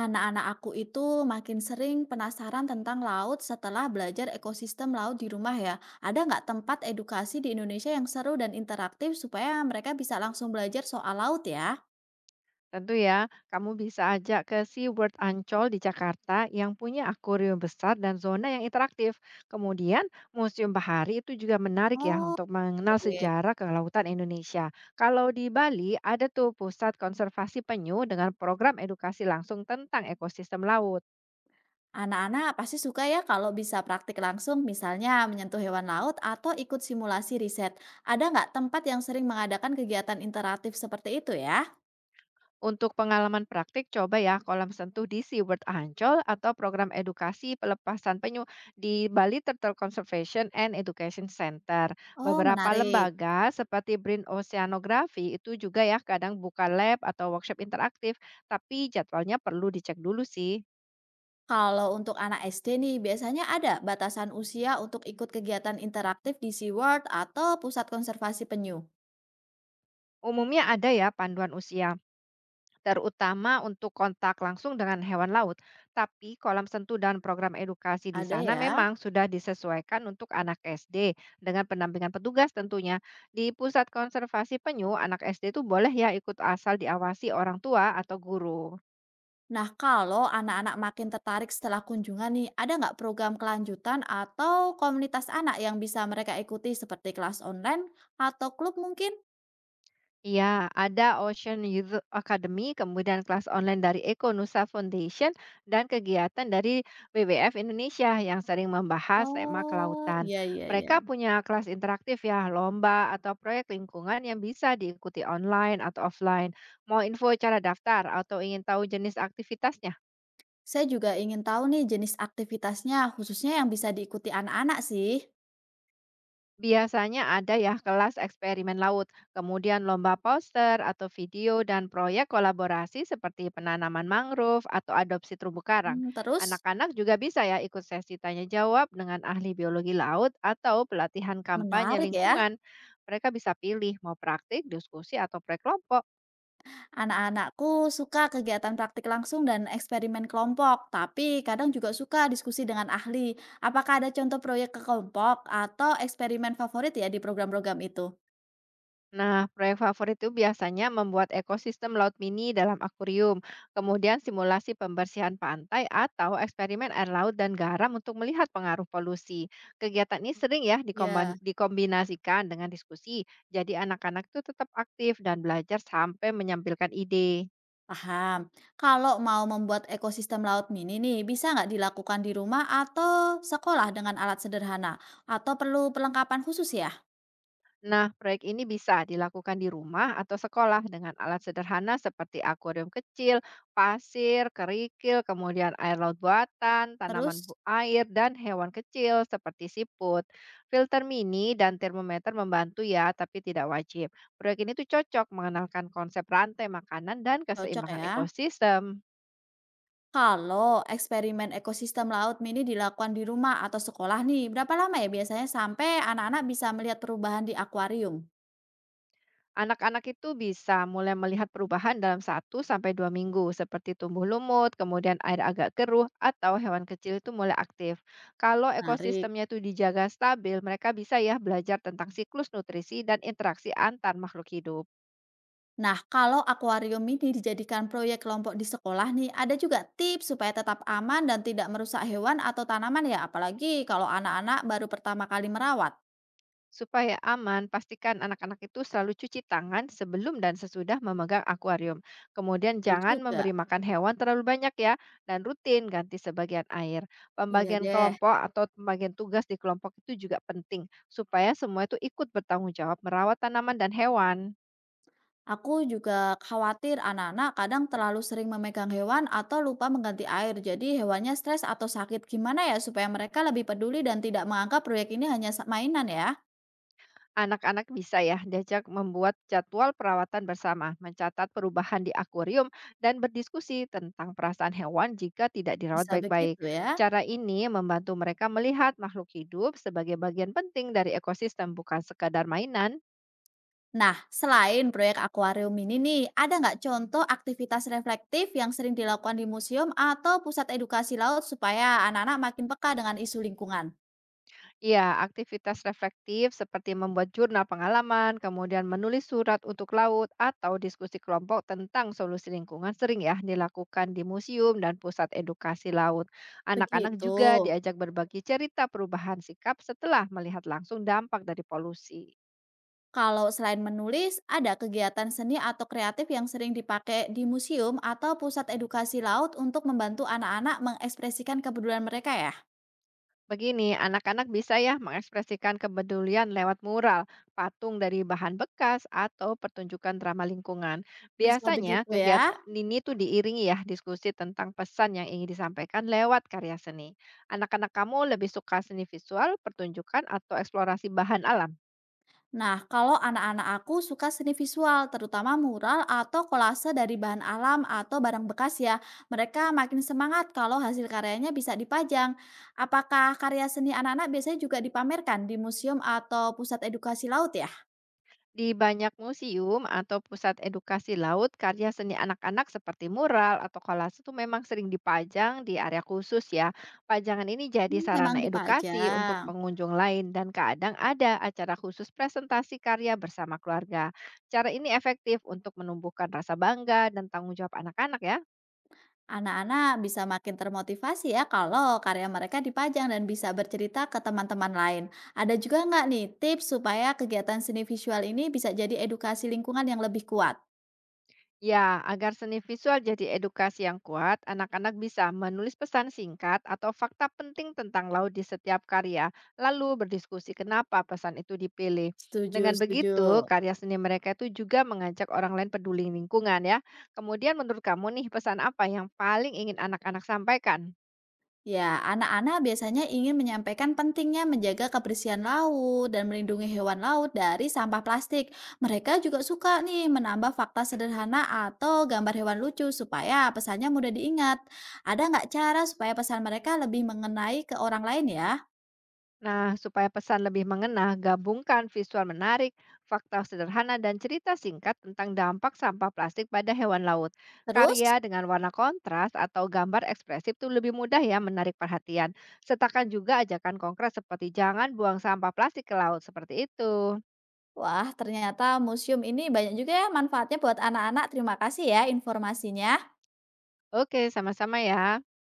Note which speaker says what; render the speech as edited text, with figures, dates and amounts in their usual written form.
Speaker 1: Anak-anak aku itu makin sering penasaran tentang laut setelah belajar ekosistem laut di rumah ya. Ada nggak tempat edukasi di Indonesia yang seru dan interaktif supaya mereka bisa langsung belajar soal laut ya?
Speaker 2: Tentu ya, kamu bisa ajak ke SeaWorld Ancol di Jakarta yang punya akuarium besar dan zona yang interaktif. Kemudian, Museum Bahari itu juga menarik ya
Speaker 1: Oh,
Speaker 2: untuk mengenal
Speaker 1: oke.
Speaker 2: sejarah kelautan Indonesia. Kalau di Bali, ada tuh pusat konservasi penyu dengan program edukasi langsung tentang ekosistem laut.
Speaker 1: Anak-anak pasti suka ya kalau bisa praktik langsung, misalnya menyentuh hewan laut atau ikut simulasi riset. Ada nggak tempat yang sering mengadakan kegiatan interaktif seperti itu ya?
Speaker 2: Untuk pengalaman praktik, coba ya kolam sentuh di SeaWorld Ancol atau program edukasi pelepasan penyu di Bali Turtle Conservation and Education Center.
Speaker 1: Oh,
Speaker 2: Beberapa
Speaker 1: menarik.
Speaker 2: lembaga seperti Brin Oceanography itu juga ya kadang buka lab atau workshop interaktif, tapi jadwalnya perlu dicek dulu sih.
Speaker 1: Kalau untuk anak SD nih, biasanya ada batasan usia untuk ikut kegiatan interaktif di SeaWorld atau Pusat Konservasi Penyu?
Speaker 2: Umumnya ada ya panduan usia, terutama untuk kontak langsung dengan hewan laut. Tapi kolam sentuh dan program edukasi di
Speaker 1: Ada
Speaker 2: sana
Speaker 1: ya.
Speaker 2: memang sudah disesuaikan untuk anak SD dengan pendampingan petugas tentunya. Di pusat konservasi penyu, anak SD itu boleh ya ikut asal diawasi orang tua atau guru.
Speaker 1: Nah, kalau anak-anak makin tertarik setelah kunjungan nih, ada nggak program kelanjutan atau komunitas anak yang bisa mereka ikuti seperti kelas online atau klub mungkin?
Speaker 2: Iya, ada Ocean Youth Academy, kemudian kelas online dari Eko Nusa Foundation, dan kegiatan dari WWF Indonesia yang sering membahas tema
Speaker 1: Oh,
Speaker 2: kelautan.
Speaker 1: iya, iya,
Speaker 2: Mereka
Speaker 1: iya.
Speaker 2: punya kelas interaktif ya, lomba atau proyek lingkungan yang bisa diikuti online atau offline. Mau info cara daftar atau ingin tahu jenis aktivitasnya?
Speaker 1: Saya juga ingin tahu nih jenis aktivitasnya, khususnya yang bisa diikuti anak-anak sih.
Speaker 2: Biasanya ada ya kelas eksperimen laut, kemudian lomba poster atau video dan proyek kolaborasi seperti penanaman mangrove atau adopsi terumbu karang.
Speaker 1: Hmm, terus,
Speaker 2: Anak-anak juga bisa ya ikut sesi tanya jawab dengan ahli biologi laut atau pelatihan kampanye
Speaker 1: menarik ya.
Speaker 2: lingkungan. Mereka bisa pilih mau praktik, diskusi atau proyek kelompok.
Speaker 1: Anak-anakku suka kegiatan praktik langsung dan eksperimen kelompok, tapi kadang juga suka diskusi dengan ahli. Apakah ada contoh proyek ke kelompok atau eksperimen favorit ya di program-program itu?
Speaker 2: Nah, proyek favorit itu biasanya membuat ekosistem laut mini dalam akuarium, kemudian simulasi pembersihan pantai atau eksperimen air laut dan garam untuk melihat pengaruh polusi. Kegiatan ini sering ya
Speaker 1: Ya,
Speaker 2: dikombinasikan dengan diskusi, jadi anak-anak itu tetap aktif dan belajar sampai menyampilkan ide.
Speaker 1: paham. Kalau mau membuat ekosistem laut mini nih, bisa nggak dilakukan di rumah atau sekolah dengan alat sederhana? Atau perlu perlengkapan khusus ya?
Speaker 2: Nah, proyek ini bisa dilakukan di rumah atau sekolah dengan alat sederhana seperti akuarium kecil, pasir, kerikil, kemudian air laut buatan,
Speaker 1: Terus
Speaker 2: air, dan hewan kecil seperti siput. Filter mini dan termometer membantu ya, tapi tidak wajib. Proyek ini tuh cocok mengenalkan konsep rantai makanan dan
Speaker 1: cocok
Speaker 2: keseimbangan
Speaker 1: ya?
Speaker 2: ekosistem.
Speaker 1: Kalau eksperimen ekosistem laut mini dilakukan di rumah atau sekolah nih, berapa lama ya biasanya sampai anak-anak bisa melihat perubahan di akuarium?
Speaker 2: Anak-anak itu bisa mulai melihat perubahan dalam satu sampai 2 minggu seperti tumbuh lumut, kemudian air agak keruh atau hewan kecil itu mulai aktif. Kalau
Speaker 1: Menarik.
Speaker 2: ekosistemnya itu dijaga stabil, mereka bisa ya belajar tentang siklus nutrisi dan interaksi antar makhluk hidup.
Speaker 1: Nah, kalau akuarium ini dijadikan proyek kelompok di sekolah nih, ada juga tips supaya tetap aman dan tidak merusak hewan atau tanaman ya, apalagi kalau anak-anak baru pertama kali merawat.
Speaker 2: Supaya aman, pastikan anak-anak itu selalu cuci tangan sebelum dan sesudah memegang akuarium. Kemudian
Speaker 1: Betul
Speaker 2: jangan
Speaker 1: juga.
Speaker 2: memberi makan hewan terlalu banyak ya, dan rutin ganti sebagian air.
Speaker 1: Iya
Speaker 2: Pembagian
Speaker 1: deh.
Speaker 2: kelompok atau pembagian tugas di kelompok itu juga penting, supaya semua itu ikut bertanggung jawab merawat tanaman dan hewan.
Speaker 1: Aku juga khawatir anak-anak kadang terlalu sering memegang hewan atau lupa mengganti air, jadi hewannya stres atau sakit. Gimana ya supaya mereka lebih peduli dan tidak menganggap proyek ini hanya mainan ya?
Speaker 2: Anak-anak bisa ya diajak membuat jadwal perawatan bersama, mencatat perubahan di akuarium, dan berdiskusi tentang perasaan hewan jika tidak dirawat
Speaker 1: Bisa
Speaker 2: baik-baik.
Speaker 1: begitu ya.
Speaker 2: Cara ini membantu mereka melihat makhluk hidup sebagai bagian penting dari ekosistem, bukan sekadar mainan.
Speaker 1: Nah, selain proyek akuarium ini nih, ada nggak contoh aktivitas reflektif yang sering dilakukan di museum atau pusat edukasi laut supaya anak-anak makin peka dengan isu lingkungan?
Speaker 2: Ya, aktivitas reflektif seperti membuat jurnal pengalaman, kemudian menulis surat untuk laut, atau diskusi kelompok tentang solusi lingkungan sering ya dilakukan di museum dan pusat edukasi laut. Anak-anak
Speaker 1: Begitu.
Speaker 2: juga diajak berbagi cerita perubahan sikap setelah melihat langsung dampak dari polusi.
Speaker 1: Kalau selain menulis, ada kegiatan seni atau kreatif yang sering dipakai di museum atau pusat edukasi laut untuk membantu anak-anak mengekspresikan kepedulian mereka ya?
Speaker 2: Begini, anak-anak bisa ya mengekspresikan kepedulian lewat mural, patung dari bahan bekas, atau pertunjukan drama lingkungan.
Speaker 1: Bisa
Speaker 2: Biasanya
Speaker 1: begitu ya.
Speaker 2: kegiatan ini tuh diiringi ya diskusi tentang pesan yang ingin disampaikan lewat karya seni. Anak-anak kamu lebih suka seni visual, pertunjukan, atau eksplorasi bahan alam?
Speaker 1: Nah, kalau anak-anak aku suka seni visual, terutama mural atau kolase dari bahan alam atau barang bekas ya. Mereka makin semangat kalau hasil karyanya bisa dipajang. Apakah karya seni anak-anak biasanya juga dipamerkan di museum atau pusat edukasi laut ya?
Speaker 2: Di banyak museum atau pusat edukasi laut, karya seni anak-anak seperti mural atau kolase itu memang sering dipajang di area khusus ya. Pajangan ini jadi
Speaker 1: Hmm, memang
Speaker 2: sarana edukasi untuk
Speaker 1: dipajang.
Speaker 2: pengunjung lain dan kadang ada acara khusus presentasi karya bersama keluarga. Cara ini efektif untuk menumbuhkan rasa bangga dan tanggung jawab anak-anak ya.
Speaker 1: Anak-anak bisa makin termotivasi ya kalau karya mereka dipajang dan bisa bercerita ke teman-teman lain. Ada juga nggak nih tips supaya kegiatan seni visual ini bisa jadi edukasi lingkungan yang lebih kuat?
Speaker 2: Ya, agar seni visual jadi edukasi yang kuat, anak-anak bisa menulis pesan singkat atau fakta penting tentang laut di setiap karya, lalu berdiskusi kenapa pesan itu dipilih.
Speaker 1: Setuju,
Speaker 2: Dengan
Speaker 1: setuju.
Speaker 2: begitu, karya seni mereka itu juga mengajak orang lain peduli lingkungan ya. Kemudian menurut kamu nih, pesan apa yang paling ingin anak-anak sampaikan?
Speaker 1: Ya, anak-anak biasanya ingin menyampaikan pentingnya menjaga kebersihan laut dan melindungi hewan laut dari sampah plastik. Mereka juga suka nih menambah fakta sederhana atau gambar hewan lucu supaya pesannya mudah diingat. Ada nggak cara supaya pesan mereka lebih mengenai ke orang lain ya?
Speaker 2: Nah, supaya pesan lebih mengena, gabungkan visual menarik, fakta sederhana, dan cerita singkat tentang dampak sampah plastik pada hewan laut.
Speaker 1: Terus,
Speaker 2: Karya dengan warna kontras atau gambar ekspresif itu lebih mudah ya menarik perhatian. Sertakan juga ajakan konkret seperti jangan buang sampah plastik ke laut seperti itu.
Speaker 1: wah ternyata museum ini banyak juga ya manfaatnya buat anak-anak. Terima kasih ya informasinya.
Speaker 2: Oke, sama-sama ya.